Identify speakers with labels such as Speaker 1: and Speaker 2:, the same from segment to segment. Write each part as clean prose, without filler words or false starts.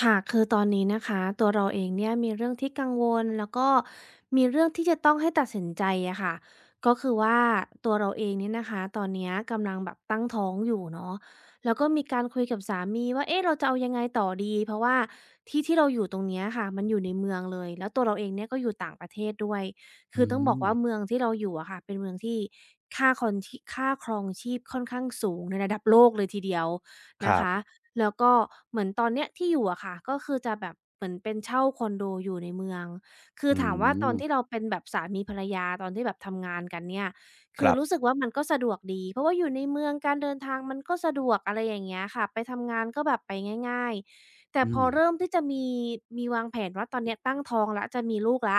Speaker 1: ค่ะคือตอนนี้นะคะตัวเราเองเนี่ยมีเรื่องที่กังวลแล้วก็มีเรื่องที่จะต้องให้ตัดสินใจอะค่ะก็คือว่าตัวเราเองเนี่ยนะคะตอนเนี้ยกำลังแบบตั้งท้องอยู่เนาะแล้วก็มีการคุยกับสามีว่าเอ๊ะเราจะเอายังไงต่อดีเพราะว่าที่ที่เราอยู่ตรงเนี้ยค่ะมันอยู่ในเมืองเลยแล้วตัวเราเองเนี่ยก็อยู่ต่างประเทศด้วย
Speaker 2: อื
Speaker 1: คือต้องบอก
Speaker 2: ม
Speaker 1: ว่าเมืองที่เราอยู่อะค่ะเป็นเมืองที่ค่าครองชีพค่อนข้างสูงในระดับโลกเลยทีเดียว
Speaker 2: ค
Speaker 1: นะ
Speaker 2: รั
Speaker 1: คะ
Speaker 2: บ
Speaker 1: แล้วก็เหมือนตอนเนี้ยที่อยู่อะค่ะก็คือจะแบบเหมือนเป็นเช่าคอนโดอยู่ในเมืองคือ
Speaker 2: อื
Speaker 1: ถามว่าตอนที่
Speaker 2: ม
Speaker 1: เราเป็นแบบสามีภรรยาตอนที่แบบทำงานกันเนี่ย
Speaker 2: ค
Speaker 1: คือ
Speaker 2: รั
Speaker 1: รู้
Speaker 2: บ
Speaker 1: สึกว่ามันก็สะดวกดีเพราะว่าอยู่ในเมืองการเดินทางมันก็สะดวกอะไรอย่างเงี้ยค่ะไปทำงานก็แบบไปง่ายๆแต่
Speaker 2: อื
Speaker 1: พอ
Speaker 2: ม
Speaker 1: เริ่มที่จะมีวางแผนว่าตอนเนี้ยตั้งท้องแล้วจะมีลูกแล้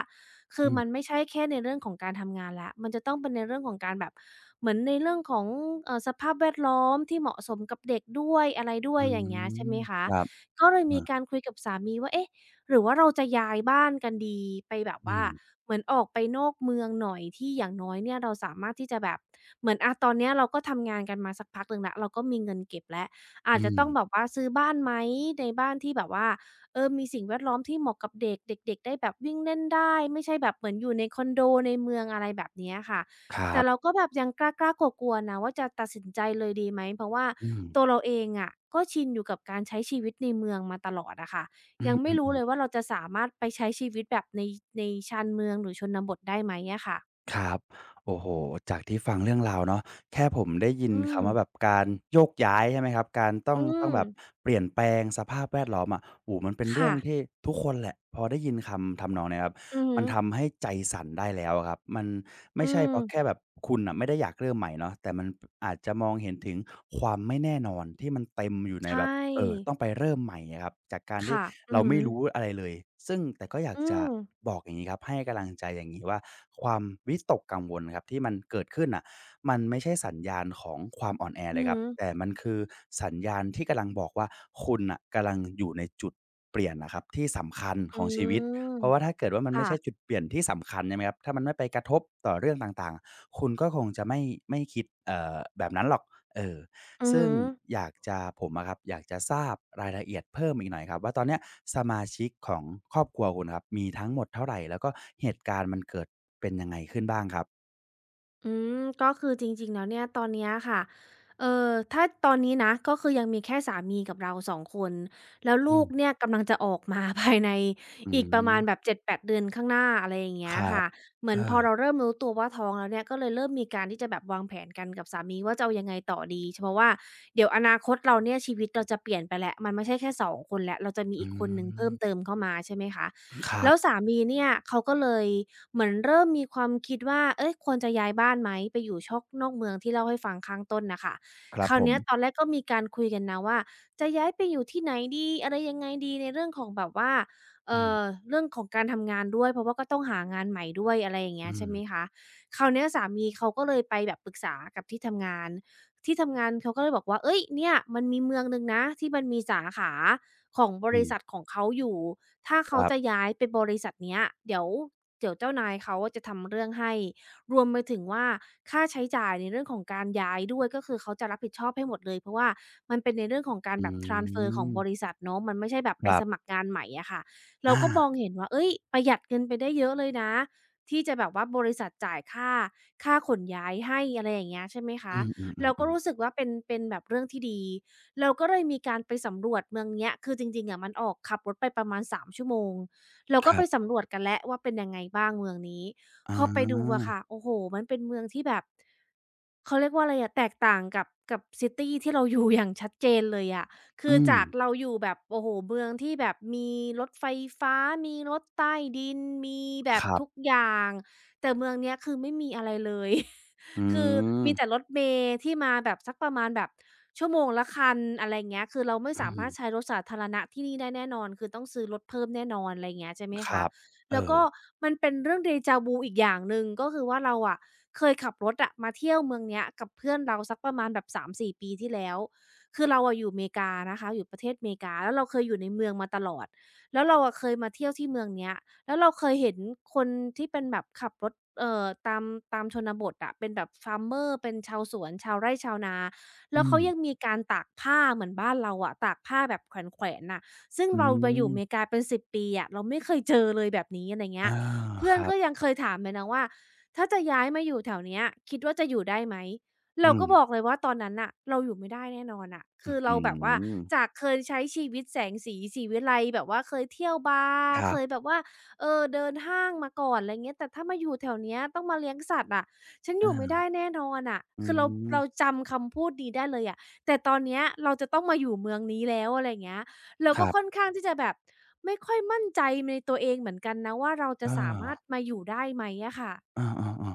Speaker 1: คือ
Speaker 2: อื
Speaker 1: มัน
Speaker 2: ม
Speaker 1: ไม่ใช่แค่ในเรื่องของการทำงานแล้ว มันจะต้องเป็นในเรื่องของการแบบ เหมือนในเรื่องของสภาพแวดล้อมที่เหมาะสมกับเด็กด้วยอะไรด้ว
Speaker 2: อื
Speaker 1: ยอย่างเงี้ยใช่
Speaker 2: ม
Speaker 1: ไหมคะ
Speaker 2: ครับ
Speaker 1: ก็เลยมี
Speaker 2: อา
Speaker 1: การคุยกับสามีว่าเอ๊ะหรือว่าเราจะย้ายบ้านกันดี ไปแบบ
Speaker 2: อื
Speaker 1: ว่า
Speaker 2: ม
Speaker 1: เหมือนออกไปนอกเมืองหน่อยที่อย่างน้อยเนี่ยเราสามารถที่จะแบบ เหมือนอาตอนเนี้ยเราก็ทำงานกันมาสักพักหนึ่งแล้วเราก็มีเงินเก็บแล้วอา
Speaker 2: อื
Speaker 1: จจะ
Speaker 2: ม
Speaker 1: ต้องแบบว่าซื้อบ้านไหมในบ้านที่แบบว่า เออมีสิ่งแวดล้อมที่เหมาะกับเด็กเด็กๆได้แบบวิ่งเล่นได้ไม่ใช่แบบเหมือนอยู่ในคอนโดในเมืองอะไรแบบเนี้ยค่ะ
Speaker 2: ครั
Speaker 1: แต่เรา
Speaker 2: บ
Speaker 1: ก็แบบยังกล้าๆกลัวๆนะว่าจะตัดสินใจเลยดีไหมเพราะว่า
Speaker 2: อืม
Speaker 1: ตัวเราเองอะก็ชินอยู่กับการใช้ชีวิตในเมืองมาตลอดอะค่ะ
Speaker 2: อื
Speaker 1: ยังไม่รู้
Speaker 2: อ
Speaker 1: เลย
Speaker 2: ๆ
Speaker 1: ว่าเราจะสามารถไปใช้ชีวิตแบบในในชานเมืองหรือชนบทได้ไหมอะค่ะ
Speaker 2: ๆครับโอ้โฮจากที่ฟังเรื่องราวเนาะแค่ผมได้ยิน
Speaker 1: อืม
Speaker 2: คำว่าแบบการโยกย้ายใช่ไหมครับการต้อ
Speaker 1: อื
Speaker 2: งต้อง
Speaker 1: ม
Speaker 2: แบบเปลี่ยนแปลงสภาพแวดล้อมอะโอ้โฮมันเป็นเรื่อ
Speaker 1: ค่ะ
Speaker 2: งที่ทุกคนแหละพอได้ยินคำทำนองเนี้ยครับ
Speaker 1: อือฮึ
Speaker 2: มันทำให้ใจสั่นได้แล้วอะครับมัน
Speaker 1: อื
Speaker 2: ไม่ใช่เพ
Speaker 1: ม
Speaker 2: ราะแค่แบบคุณน่ะไม่ได้อยากเริ่มใหม่เนาะแต่มันอาจจะมองเห็นถึงความไม่แน่นอนที่มันเต็มอยู่ใน
Speaker 1: ใช
Speaker 2: แบบเอ่อ
Speaker 1: ่
Speaker 2: ต้องไปเริ่มใหม่อะครับจากการที่
Speaker 1: ค่ะอื
Speaker 2: เรา
Speaker 1: อฮึ
Speaker 2: ไม่รู้อะไรเลยซึ่งแต่ก็อยาก
Speaker 1: อื
Speaker 2: จะ
Speaker 1: ม
Speaker 2: บอกอย่างงี้ครับให้กำลังใจอย่างงี้ว่าความวิตกกังวลครับที่มันเกิดขึ้นน่ะมันไม่ใช่สัญญาณของความอ่อนแอ
Speaker 1: อื
Speaker 2: เลย
Speaker 1: อ
Speaker 2: ครั
Speaker 1: ฮึ
Speaker 2: บแต่มันคือสัญญาณที่กำลังบอกว่าคุณน่ะกำลังอยู่ในจุดเปลี่ยนน่ะครับที่สำคัญข
Speaker 1: อื
Speaker 2: องชีวิต
Speaker 1: ม
Speaker 2: เพราะว่าถ้าเกิดว่ามัน
Speaker 1: ค่ะ
Speaker 2: ไม่ใช่จุดเปลี่ยนที่สำคัญใช่ไหมครับถ้ามันไม่ไปกระทบต่อเรื่องต่างๆคุณก็คงจะไม่คิดแบบนั้นหรอกเออ
Speaker 1: อื
Speaker 2: ซึ่ง
Speaker 1: ม
Speaker 2: อยากจะผมอะครับอยากจะทราบรายละเอียดเพิ่มอีกหน่อยครับว่าตอนเนี้ยสมาชิกของครอบครัวคุณครับมีทั้งหมดเท่าไหรแล้วก็เหตุการณ์มันเกิดเป็นยังไงขึ้นบ้างครับ
Speaker 1: อืมก็คือจริงๆแล้วเนี่ยตอนเนี้ยค่ะเออถ้าตอนนี้นะก็คือยังมีแค่สามีกับเราสองคนแล้ว
Speaker 2: อื
Speaker 1: ลูก
Speaker 2: ม
Speaker 1: เนี่ยกำลังจะออกมา ภายใน
Speaker 2: อื
Speaker 1: อีกประมาณแบบ
Speaker 2: ม
Speaker 1: 7-8 เดือนข้างหน้าอะไรอย่าง
Speaker 2: ค
Speaker 1: เงี้ย
Speaker 2: รับ
Speaker 1: ค่ะเหมือ
Speaker 2: เอ
Speaker 1: นพอ
Speaker 2: อ
Speaker 1: เราเริ่มรู้ตัวว่าท้องแล้วเนี่ยก็เลยเริ่มมีการที่จะแบบวางแผนกันกับสามีว่าจะเอายังไงต่อดีเพราะว่าเดี๋ยวอนาคตเราเนี่ยชีวิตเราจะเปลี่ยนไปแล้วมันไม่ใช่แค่สองคนแล้วเราจะมีอี
Speaker 2: อื
Speaker 1: กคนหนึ่งเพิ่มเติ
Speaker 2: ม
Speaker 1: มเข้ามาใช่ไหมคะ
Speaker 2: ครั
Speaker 1: แล้วสา
Speaker 2: บ
Speaker 1: มีเนี่ยเขาก็เลย เหมือนเริ่มมีความคิดว่า เอ๊ยควรจะย้ายบ้านไหม ไปอยู่ชอกนอกเมืองที่เล่าให้ฟังข้างต้นน่ะค่ะ
Speaker 2: ครั
Speaker 1: ค
Speaker 2: บ
Speaker 1: ราว
Speaker 2: ผม
Speaker 1: เนี้ยตอนแรกก็มีการคุยกันนะว่าจะย้ายไปอยู่ที่ไหนดีอะไรยังไงดีในเรื่องของแบบว่า
Speaker 2: อื
Speaker 1: เอ่อ
Speaker 2: ม
Speaker 1: เรื่องของการทำงานด้วย เพราะว่าก็ต้องหางานใหม่ด้วยอะไรอย่างเงี้ย
Speaker 2: อืม
Speaker 1: ใช่ไหมคะคราวเนี้ยสามีเขาก็เลยไปแบบปรึกษากับที่ทำงาน ที่ทำงานเขาก็เลยบอกว่าเฮ้ยเนี่ยมันมีเมืองหนึ่งนะที่มันมีสาขาของบ
Speaker 2: อื
Speaker 1: ริ
Speaker 2: ม
Speaker 1: ษัทของเขาอยู่ ถ้า
Speaker 2: ค
Speaker 1: เขา
Speaker 2: รั
Speaker 1: จะ
Speaker 2: บ
Speaker 1: ย้ายไปบริษัทเนี้ยเดี๋ยวเดี๋ยวเจ้านายเขาอะจะทำเรื่องให้รวมไปถึงว่าค่าใช้จ่ายในเรื่องของการย้ายด้วยก็คือเขาจะรับผิดชอบให้หมดเลยเพราะว่ามันเป็นในเรื่องของการ
Speaker 2: อื
Speaker 1: แบบทรานสเฟอร์ของ
Speaker 2: ม
Speaker 1: บริษัทเนาะมันไม่ใช่แบบ
Speaker 2: ค
Speaker 1: ไป
Speaker 2: รั
Speaker 1: สมัค
Speaker 2: บ
Speaker 1: รงานใหม่อะค่ะเรา
Speaker 2: อา
Speaker 1: ก็มองเห็นว่าเฮ้ยประหยัดเงินไปได้เยอะเลยนะที่จะแบบว่าบริษัทจ่ายค่าขนย้ายให้อะไรอย่างเงี้ยใช่ไหม
Speaker 2: อื
Speaker 1: คะ
Speaker 2: ม
Speaker 1: เราก็
Speaker 2: ๆ
Speaker 1: รู้
Speaker 2: ๆ
Speaker 1: สึกว่าเป็นแบบเรื่องที่ดี เราก็เลยมีการไปสำรวจเมืองเนี้ยคือจริงๆอะมันออกขับรถไปประมาณ3 ชั่วโมงเรา
Speaker 2: ค
Speaker 1: ก็
Speaker 2: รั
Speaker 1: ไป
Speaker 2: บ
Speaker 1: สำรวจกันแล้วว่าเป็นยังไงบ้างเมืองนี้
Speaker 2: อ
Speaker 1: พอไปดูอะค่ะ
Speaker 2: า
Speaker 1: โอ้โฮมันเป็นเมืองที่แบบเขาเรียกว่าอะไรอะแตกต่างกับซิตีที่เราอยู่อย่างชัดเจนเลยอะคือ
Speaker 2: อืม
Speaker 1: จากเราอยู่แบบโอ้โฮเมืองที่แบบมีรถไฟฟ้ามีรถใต้ดินมีแบ
Speaker 2: ค
Speaker 1: บ
Speaker 2: รั
Speaker 1: ทุก
Speaker 2: บ
Speaker 1: อย่างแต่เมืองเนี้ยคือไม่มีอะไรเลย
Speaker 2: อื
Speaker 1: คือ
Speaker 2: ม
Speaker 1: มีแต่รถเมล์ที่มาแบบสักประมาณแบบชั่วโมงละคันอะไรเงี้ยคือเราไม่
Speaker 2: อื
Speaker 1: สามาร
Speaker 2: ม
Speaker 1: ถใช้รถสาธารณะที่นี่ได้แน่นอนคือต้องซื้อรถเพิ่มแน่นอนอะไรเงี้ยใช่ไหม
Speaker 2: ค
Speaker 1: คะ
Speaker 2: รับเอ
Speaker 1: แล้ว
Speaker 2: อ
Speaker 1: ก็มันเป็นเรื่อง Deja vu อีกอย่างหนึ่งก็คือว่าเราอะเคยขับรถอะมาเที่ยวเมืองเนี้ยกับเพื่อนเราสักประมาณแบบ3-4ปีที่แล้วคือเราอะอยู่อเมริกานะคะอยู่ประเทศอเมริกาแล้วเราเคยอยู่ในเมืองมาตลอดแล้วเราอะเคยมาเที่ยวที่เมืองเนี้ย แล้วเราเคยเห็นคนที่เป็นแบบขับรถตามชนบทอะเป็นแบบ farmer เป็นชาวสวนชาวไร่ชาวนาแล้
Speaker 2: อื
Speaker 1: วเขา
Speaker 2: ม
Speaker 1: ยังมีการตากผ้าเหมือนบ้านเราอะตากผ้าแบบแขวนๆน่ะซึ่ง
Speaker 2: อื
Speaker 1: เรามาอยู่อเมริ
Speaker 2: ม
Speaker 1: กาเป็น10 ปีอะเราไม่เคยเจอเลยแบบนี้อะไรเงี้
Speaker 2: อา
Speaker 1: ยเพื่อ
Speaker 2: ค
Speaker 1: น
Speaker 2: รั
Speaker 1: ก็
Speaker 2: บ
Speaker 1: ยังเคยถามเลยนะว่าถ้าจะย้ายมาอยู่แถวเนี้ยคิดว่าจะอยู่ได้ไหม
Speaker 2: อื
Speaker 1: เรา
Speaker 2: ม
Speaker 1: ก็บอกเลยว่าตอนนั้นน่ะเราอยู่ไม่ได้แน่นอนน่ะ
Speaker 2: อื้
Speaker 1: คื
Speaker 2: อ
Speaker 1: อเรา
Speaker 2: ฮื
Speaker 1: แบบว่า
Speaker 2: อ
Speaker 1: จากเคยใช้ชีวิตแสงสีวิไลแบบว่าเคยเที่ยวบาร์
Speaker 2: ครั
Speaker 1: เคยแบ
Speaker 2: บ
Speaker 1: บว่า เออเดินห้างมาก่อนอะไรเงี้ยแต่ถ้ามาอยู่แถวเนี้ยต้องมาเลี้ยงสัตว์อะฉันอยู่ไม่
Speaker 2: อา
Speaker 1: ได้แน่นอนน่ะ
Speaker 2: อื
Speaker 1: คือเรา
Speaker 2: ม
Speaker 1: เราจำคำพูดนี้ได้เลยอะแต่ตอนเนี้ยเราจะต้องมาอยู่เมืองนี้แล้วอะไรอย่างเงี้ยเรา
Speaker 2: ค
Speaker 1: ก็
Speaker 2: รั
Speaker 1: ค่อน
Speaker 2: บ
Speaker 1: ข้างที่จะแบบไม่ค่อยมั่นใจในตัวเองเหมือนกันนะว่าเรา
Speaker 2: เอ
Speaker 1: จะสา
Speaker 2: อ
Speaker 1: มารถมาอยู่ได้ไหมอะค่ะ
Speaker 2: อา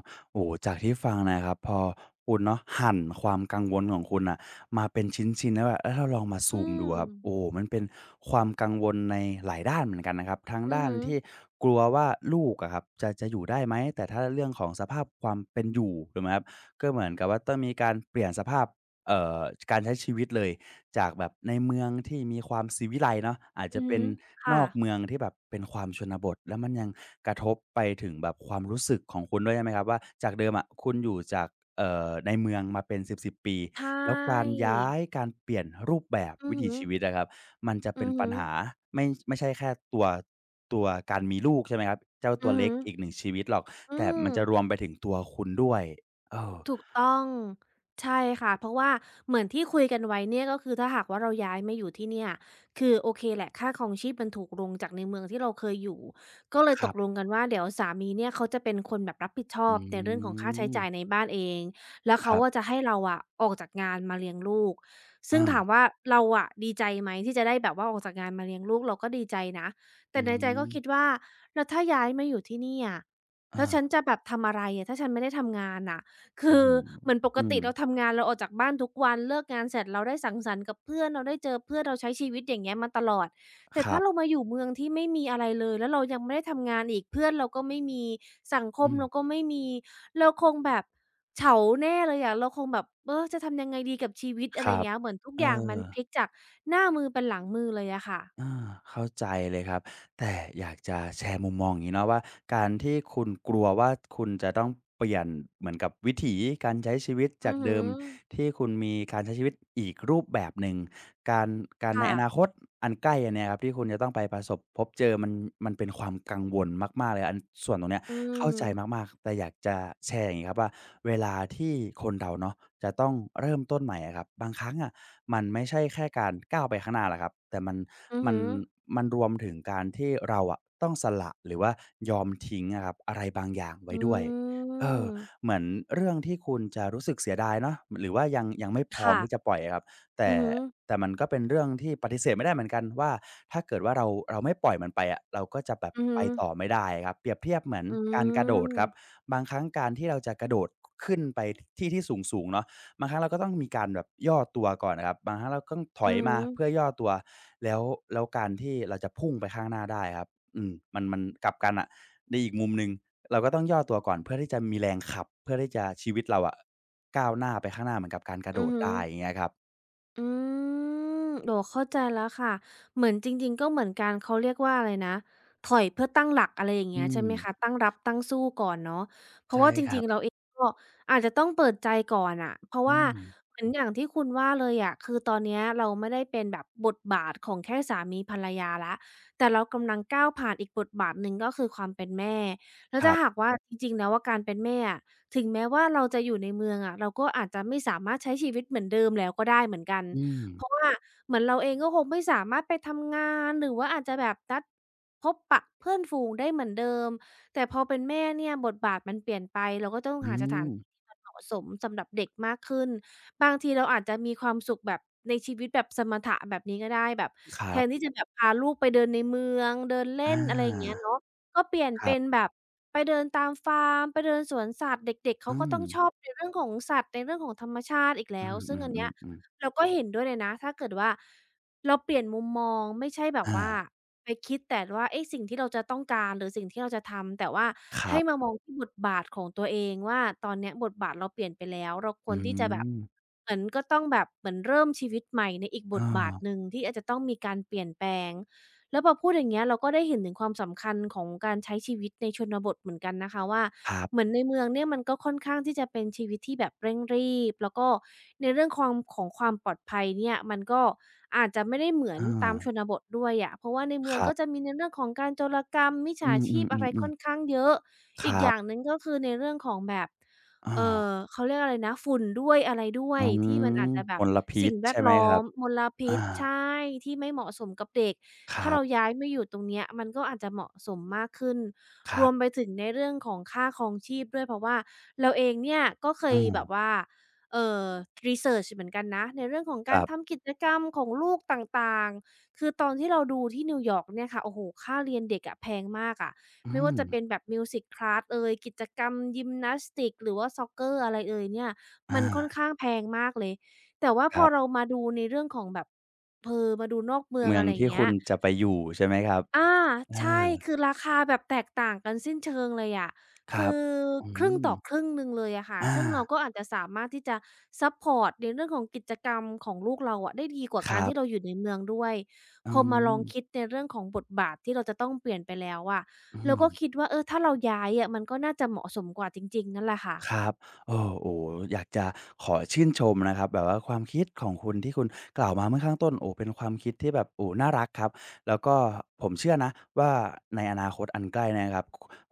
Speaker 2: ๆๆโอ้โฮจากที่ฟังนะครับพอคุณเนาะหั่นความกังวลของคุณน่ะมาเป็นชิ้นๆแล้วแบบแล้วเราลองมาซู
Speaker 1: อื
Speaker 2: มดู
Speaker 1: ม
Speaker 2: อะครับโอ้โฮมันเป็นความกังวลในหลายด้านเหมือนกันนะครับทั้ง
Speaker 1: อือ
Speaker 2: ด้าน
Speaker 1: ฮึ
Speaker 2: ที่กลัวว่าลูกอะครับจะอยู่ได้ไหมแต่ถ้าเรื่องของสภาพความเป็นอยู่ถูกไหมครับก็เหมือนกับว่าต้องมีการเปลี่ยนสภาพเอ่อการใช้ชีวิตเลย จากแบบในเมืองที่มีความศิวิไลซ์เนาะอาจ
Speaker 1: อื
Speaker 2: จะ
Speaker 1: อ
Speaker 2: เป็
Speaker 1: ฮึ
Speaker 2: นน
Speaker 1: ค่ะ
Speaker 2: อกเมืองที่แบบเป็นความชนบทแล้วมันยังกระทบไปถึงแบบความรู้สึกของคุณด้วยใช่ไหมครับว่าจากเดิมอะคุณอยู่จากในเมืองมาเป็น10ๆปี
Speaker 1: ใช
Speaker 2: แล้วการ
Speaker 1: ่
Speaker 2: ย้ายการเปลี่ยนรูปแบบ
Speaker 1: อื
Speaker 2: วิ
Speaker 1: อ
Speaker 2: ถี
Speaker 1: ฮึ
Speaker 2: ชีวิตอะครับมันจะ
Speaker 1: อื
Speaker 2: เป็น
Speaker 1: อ
Speaker 2: ปั
Speaker 1: ฮึ
Speaker 2: ญหาไม่ใช่แค่ตัวการมีลูกใช่ไหมครับเจ้าตั
Speaker 1: อื
Speaker 2: ว
Speaker 1: อ
Speaker 2: เล็
Speaker 1: ฮึ
Speaker 2: กอีกหนึ่งชีวิตหรอก
Speaker 1: อื
Speaker 2: แต่
Speaker 1: ม
Speaker 2: มันจะรวมไปถึงตัวคุณด้วยเออ
Speaker 1: ถูกต้องใช่ค่ะเพราะว่าเหมือนที่คุยกันไว้เนี่ยก็คือถ้าหากว่าเราย้ายมาอยู่ที่เนี่ยคือโอเคแหละค่าครองชีพมันถูกลงจากในเมืองที่เราเคยอยู่ก็เลย
Speaker 2: ค
Speaker 1: ต
Speaker 2: รั
Speaker 1: กลง
Speaker 2: บ
Speaker 1: กันว่าเดี๋ยวสามีเนี่ยเขาจะเป็นคนแบบรับผิดชอ
Speaker 2: อ
Speaker 1: บในเรื่อง
Speaker 2: ื
Speaker 1: ของค่าใช้จ่า
Speaker 2: ม
Speaker 1: ยในบ้านเองแล้ว
Speaker 2: ค
Speaker 1: เขา
Speaker 2: รั
Speaker 1: อะจะ
Speaker 2: บ
Speaker 1: ให้เราอะออกจากงานมาเลี้ยงลูกซึ่ง
Speaker 2: อา
Speaker 1: ถามว่าเราอะดีใจไหมที่จะได้แบบว่าออกจากงานมาเลี้ยงลูกเราก็ดีใจนะ
Speaker 2: อื
Speaker 1: แต่ในใจก็คิด
Speaker 2: ม
Speaker 1: ว่าแล้วถ้าย้ายมาอยู่ที่เนี่ยแล้
Speaker 2: อา
Speaker 1: วฉันจะแบบทำอะไรอะถ้าฉันไม่ได้ทำงานน่ะ
Speaker 2: อื้
Speaker 1: คื
Speaker 2: อ
Speaker 1: อ
Speaker 2: ฮือ
Speaker 1: เหมือนปก
Speaker 2: อืม
Speaker 1: ติเราทำงานเราออกจากบ้านทุกวันเลิกงานเสร็จเราได้สังสรรค์กับเพื่อนเราได้เจอเพื่อนเราใช้ชีวิตอย่างเงี้ยมาตลอดแต่
Speaker 2: ครั
Speaker 1: ถ้าเรา
Speaker 2: บ
Speaker 1: มาอยู่เมืองที่ไม่มีอะไรเลยแล้วเรายังไม่ได้ทำงานอีกเพื่อนเราก็ไม่มีสังคม
Speaker 2: อืม
Speaker 1: เราก็ไม่มีเราคงแบบเฉาแน่เลยอะเราคงแบบเออจะทำยังไงดีกับชีวิต
Speaker 2: ค
Speaker 1: อะไร
Speaker 2: รับ
Speaker 1: เงี้ยเหมือนทุก
Speaker 2: เอ
Speaker 1: อย่างมันพลิก
Speaker 2: อ
Speaker 1: จากหน้ามือเป็นหลังมือเลยอะค่ะ
Speaker 2: อาเข้าใจเลยครับแต่อยากจะแชร์มุมมองอย่างงี้เนาะว่าการที่คุณกลัวว่าคุณจะต้องเปลี่ยนเหมือนกับวิถีการใช้ชีวิต
Speaker 1: อื
Speaker 2: จาก
Speaker 1: อฮึ
Speaker 2: เดิมที่คุณมีการใช้ชีวิตอีกรูปแบบหนึ่งการการใน
Speaker 1: ค่ะ
Speaker 2: อนาคตอันใกล้อันเนี้ยครับที่คุณจะต้องไปประสบพบเจอมันมันเป็นความกังวลมากๆเลยอันส่วนตรงเนี้ย
Speaker 1: อื
Speaker 2: เข้า
Speaker 1: ม
Speaker 2: ใจมากๆแต่อยากจะแชร์อย่างงี้ครับว่าเวลาที่คนเราเนาะจะต้องเริ่มต้นใหม่อะครับบางครั้งอะมันไม่ใช่แค่การก้าวไปข้างหน้าหรอกครับแต่มัน
Speaker 1: อือ
Speaker 2: มัน
Speaker 1: ฮึ
Speaker 2: มันรวมถึงการที่เราอะต้องสละหรือว่ายอมทิ้งอะครับอะไรบางอย่างไว้
Speaker 1: อื
Speaker 2: ด้วยเออ
Speaker 1: ม
Speaker 2: เหมือนเรื่องที่คุณจะรู้สึกเสียดายเนาะหรือว่ายังไม่พร้อมที่จะ
Speaker 1: ค่ะ
Speaker 2: ปล่อยอะครับแต่
Speaker 1: อือฮึ
Speaker 2: แต่มันก็เป็นเรื่องที่ปฏิเสธไม่ได้เหมือนกันว่าถ้าเกิดว่าเราไม่ปล่อยมันไปอะเราก็จะแบบ
Speaker 1: อือฮึ
Speaker 2: ไปต่อไม่ได้ครับเปรียบเทียบเหมือน
Speaker 1: อื
Speaker 2: การกระโดดครับ
Speaker 1: ม
Speaker 2: บางครั้งการที่เราจะกระโดดขึ้นไปที่ที่สูงๆเนาะ บางครั้งเราก็ต้องมีการแบบย่อตัวก่อนนะครับบางครั้งเราก็ต้องถอ
Speaker 1: อื
Speaker 2: ย
Speaker 1: อ
Speaker 2: มา
Speaker 1: ฮึ
Speaker 2: เพื่อย่อตัวแล้วแล้วการที่เราจะพุ่งไปข้างหน้าได้ครับอืมมันกลับกันอะในอีกมุมหนึ่งเราก็ต้องย่อตัวก่อนเพื่อที่จะมีแรงขับเพื่อที่จะชีวิตเราอะก้าวหน้าไปข้างหน้าเหมือนกับการกระโด
Speaker 1: อือ
Speaker 2: ด
Speaker 1: ฮึ
Speaker 2: ได้อย่างเงี้ยครับ
Speaker 1: อืมโอ้เข้าใจแล้วค่ะเหมือนจริงๆก็เหมือนกันเขาเรียกว่าอะไรนะถอยเพื่อตั้งหลักอะไรอย่างเงี้
Speaker 2: อื
Speaker 1: ยใช่
Speaker 2: ม
Speaker 1: ไหมคะตั้งรับตั้งสู้ก่อนเนาะเพราะ
Speaker 2: ใช่
Speaker 1: ว่าจ
Speaker 2: ครั
Speaker 1: ริ
Speaker 2: บ
Speaker 1: งๆเราเองก็อาจจะต้องเปิดใจก่อนอะเพราะ
Speaker 2: อื
Speaker 1: ว่า
Speaker 2: ม
Speaker 1: เหมือนอย่างที่คุณว่าเลยอะคือตอนเนี้ยเราไม่ได้เป็นแบบบทบาทของแค่สามีภรรยาแล้วแต่เรากำลังก้าวผ่านอีกบทบาทหนึ่งก็คือความเป็นแม่แล้ว
Speaker 2: ครั
Speaker 1: ถ้าหาก
Speaker 2: บ
Speaker 1: ว่าจริงๆแล้วอะการเป็นแม่อะ ถึงแม้ว่าเราจะอยู่ในเมืองอะเราก็อาจจะไม่สามารถใช้ชีวิตเหมือนเดิมแล้วก็ได้เหมือนกัน
Speaker 2: อืม
Speaker 1: เพราะว่าเหมือนเราเองก็คงไม่สามารถไปทำงานหรือว่าอาจจะแบบนัดพบปะเพื่อนฝูงได้เหมือนเดิมแต่พอเป็นแม่เนี่ยบทบาทมันเปลี่ยนไปเราก็ต้อง
Speaker 2: อื
Speaker 1: หาสถาน
Speaker 2: ม
Speaker 1: ที่ที่มันเหมาะสมสำหรับเด็กมากขึ้นบางทีเราอาจจะมีความสุขแบบในชีวิตแบบสมถะแบบนี้ก็ได้แบบ
Speaker 2: ค
Speaker 1: แท
Speaker 2: รั
Speaker 1: นที่
Speaker 2: บ
Speaker 1: จะแบบพาลูกไปเดินในเมืองเดินเล่
Speaker 2: อา
Speaker 1: นอะไรอย่างเงี้ยเนาะ ก็เปลี่ยน
Speaker 2: ครั
Speaker 1: เป็น
Speaker 2: บ
Speaker 1: แบบไปเดินตามฟาร์มไปเดินสวนสัตว์เด็กๆเขา
Speaker 2: อื
Speaker 1: ก็
Speaker 2: ม
Speaker 1: ต้องชอบในเรื่องของสัตว์ในเรื่องของธรรมชาติอีก
Speaker 2: อื
Speaker 1: แล้วซึ่งอันเนี้ย
Speaker 2: มๆๆๆ
Speaker 1: เราก็เห็นด้วยเลยนะถ้าเกิดว่าเราเปลี่ยนมุมมองไม่ใช่แบบ
Speaker 2: อา
Speaker 1: ว่าไปคิดแต่ว่าเอ๊ะสิ่งที่เราจะต้องการหรือสิ่งที่เราจะทำแต่ว่า
Speaker 2: ครั
Speaker 1: ให้มา
Speaker 2: บ
Speaker 1: มองที่บทบาทของตัวเองว่าตอนเนี้ยบทบาทเราเปลี่ยนไปแล้วเราค
Speaker 2: อื
Speaker 1: วรที่จะแบบ
Speaker 2: ม
Speaker 1: เหมือนก็ต้องแบบเหมือนเริ่มชีวิตใหม่ในอีกบ
Speaker 2: เออ
Speaker 1: ทบาทหนึ่งที่อาจจะต้องมีการเปลี่ยนแปลง แล้วพอพูดอย่างเงี้ยเราก็ได้เห็นถึงความสำคัญของการใช้ชีวิตในชนบทเหมือนกันนะคะว่า
Speaker 2: ครั
Speaker 1: เหมือน
Speaker 2: บ
Speaker 1: ในเมืองเนี่ยมันก็ค่อนข้างที่จะเป็นชีวิตที่แบบเร่งรีบแล้วก็ในเรื่องความของความปลอดภัยเนี่ยมันก็อาจจะไม่ได้เหมือ
Speaker 2: เออ
Speaker 1: นตามชนบทด้วยอะเพราะว่าในเมื
Speaker 2: ค
Speaker 1: อง
Speaker 2: รั
Speaker 1: ก็จะ
Speaker 2: บ
Speaker 1: มีในเรื่องของการโจรกรรมมิจ
Speaker 2: อื
Speaker 1: ฉา
Speaker 2: ม
Speaker 1: ชีพอะไรค่
Speaker 2: ๆ
Speaker 1: อน
Speaker 2: ๆๆ
Speaker 1: ข้างเยอะ
Speaker 2: ค
Speaker 1: อีก
Speaker 2: รั
Speaker 1: อย่างห
Speaker 2: บ
Speaker 1: นึ่งก็คือในเรื่องของแบบ
Speaker 2: อา
Speaker 1: เขาเรียกอะไรนะฝุ่นด้วยอะไรด้ว
Speaker 2: อื
Speaker 1: ยที่มัน
Speaker 2: ม
Speaker 1: อาจจะแบ
Speaker 2: ม
Speaker 1: บ
Speaker 2: ลพิ
Speaker 1: สิ่
Speaker 2: ษ
Speaker 1: งแว
Speaker 2: ใช่
Speaker 1: ด
Speaker 2: ไหม
Speaker 1: ล้
Speaker 2: ค
Speaker 1: อ
Speaker 2: รับ
Speaker 1: มมล
Speaker 2: อา
Speaker 1: พิษใช่ที่ไม่เหมาะสมกับเด็ก
Speaker 2: ค
Speaker 1: ถ้า
Speaker 2: รั
Speaker 1: เรา
Speaker 2: บ
Speaker 1: ย้ายมาอยู่ตรงเนี้ยมันก็อาจจะเหมาะสมมากขึ้น
Speaker 2: ค
Speaker 1: ร
Speaker 2: รั
Speaker 1: วมไป
Speaker 2: บ
Speaker 1: ถึงในเรื่องของค่าครองชีพด้วยเพราะว่าเราเองเนี่ยก็เคย
Speaker 2: อืม
Speaker 1: แบบว่าเอ่อรีเสิร์ชเหมือนกันนะในเรื่องของ
Speaker 2: ค
Speaker 1: การ
Speaker 2: รับ
Speaker 1: ทำกิจกรรมของลูกต่างๆคือตอนที่เราดูที่นิวยอร์กเนี่ยค่ะโอ้โฮค่าเรียนเด็กอะแพงมากอะ
Speaker 2: อื
Speaker 1: ไม่ว่า
Speaker 2: ม
Speaker 1: จะเป็นแบบ Music Class เอยกิจกรรมยิมนาสติกหรือว่า Soccer อะไรเอยเนี่ยมั
Speaker 2: อา
Speaker 1: นค่อนข้างแพงมากเลยแต่ว่า
Speaker 2: ค
Speaker 1: พอ
Speaker 2: รั
Speaker 1: เรา
Speaker 2: บ
Speaker 1: มาดูในเรื่องของแบบเออมาดูนอกเมือง
Speaker 2: เมือ
Speaker 1: อะ
Speaker 2: ง
Speaker 1: ไรอย่า
Speaker 2: ที่
Speaker 1: งเงี้
Speaker 2: คุ
Speaker 1: ย
Speaker 2: ณจะไปอยู่ใช่ไหมครับ
Speaker 1: อา
Speaker 2: เอ
Speaker 1: ใช่
Speaker 2: อ
Speaker 1: คือราคาแบบแตกต่างกันสิ้นเชิงเลยอะ
Speaker 2: ครั
Speaker 1: คื
Speaker 2: บ
Speaker 1: อ
Speaker 2: อื
Speaker 1: ครึ่ง
Speaker 2: ม
Speaker 1: ต่อครึ่งหนึ่งเลยอะค่ะ
Speaker 2: อา
Speaker 1: ซึ่งเราก็อาจจะสามารถที่จะซัปพอร์ตในเรื่องของกิจกรรมของลูกเราอะได้ดีกว่า
Speaker 2: ค
Speaker 1: การ
Speaker 2: รั
Speaker 1: ที่เรา
Speaker 2: บ
Speaker 1: อยู่ในเมืองด้วย
Speaker 2: อื
Speaker 1: พอมาลอ
Speaker 2: ม
Speaker 1: งคิดในเรื่องของบทบาทที่เราจะต้องเปลี่ยนไปแล้วอะ
Speaker 2: อื
Speaker 1: เรา
Speaker 2: ม
Speaker 1: ก็คิดว่าเออถ้าเราย้ายอะมันก็น่าจะเหมาะสมกว่าจริงๆนั่นแหละค่ะ
Speaker 2: ครับอโอ้โหอยากจะขอชื่นชมนะครับ แบบว่าความคิดของคุณที่คุณกล่าวมาเมื่อข้างต้นโอ้เป็นความคิดที่แบบโอ้น่ารักครับ แล้วก็ผมเชื่อนะว่าในอนาคตอันใกล้เนี่ครับ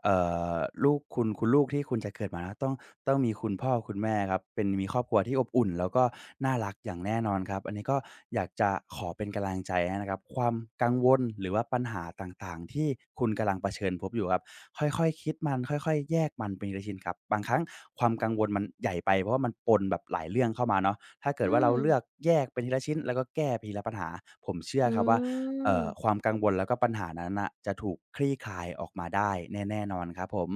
Speaker 2: เอ่อลูกคุณคุณลูกที่คุณจะเกิดมาแล้วต้องมีคุณพ่อคุณแม่ครับเป็นมีครอบครัวที่อบอุ่นแล้วก็น่ารักอย่างแน่นอนครับอันนี้ก็อยากจะขอเป็นกำลังใจให้นะครับความกังวลหรือว่าปัญหาต่างๆที่คุณกำลังเผชิญพบอยู่ครับค่อยๆคิดมันค่อยๆแยกมันเป็นทีละชิ้นครับบางครั้งความกังวลมันใหญ่ไปเพราะว่ามันปนแบบหลายเรื่องเข้ามาเนาะถ้าเกิด
Speaker 1: อื
Speaker 2: ว่าเรา
Speaker 1: ม
Speaker 2: เลือกแยกเป็นทีละชิ้นแล้วก็แก้ไปทีละปัญหาผมเชื่อ
Speaker 1: อื
Speaker 2: ครับว่า ค
Speaker 1: ม
Speaker 2: วามกังวลแล้วก็ปัญหานั้นนะจะถูกคลี่คลายออกมาได้แน่นอนครับผม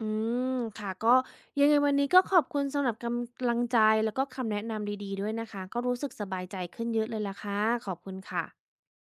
Speaker 1: อืมค่ะก็ยังไงวันนี้ก็ขอบคุณสำหรับกำลังใจแล้วก็คำแนะนำดีๆด้วยนะคะก็รู้สึกสบายใจขึ้นเยอะเลยล่ะค่ะขอบคุณค่ะ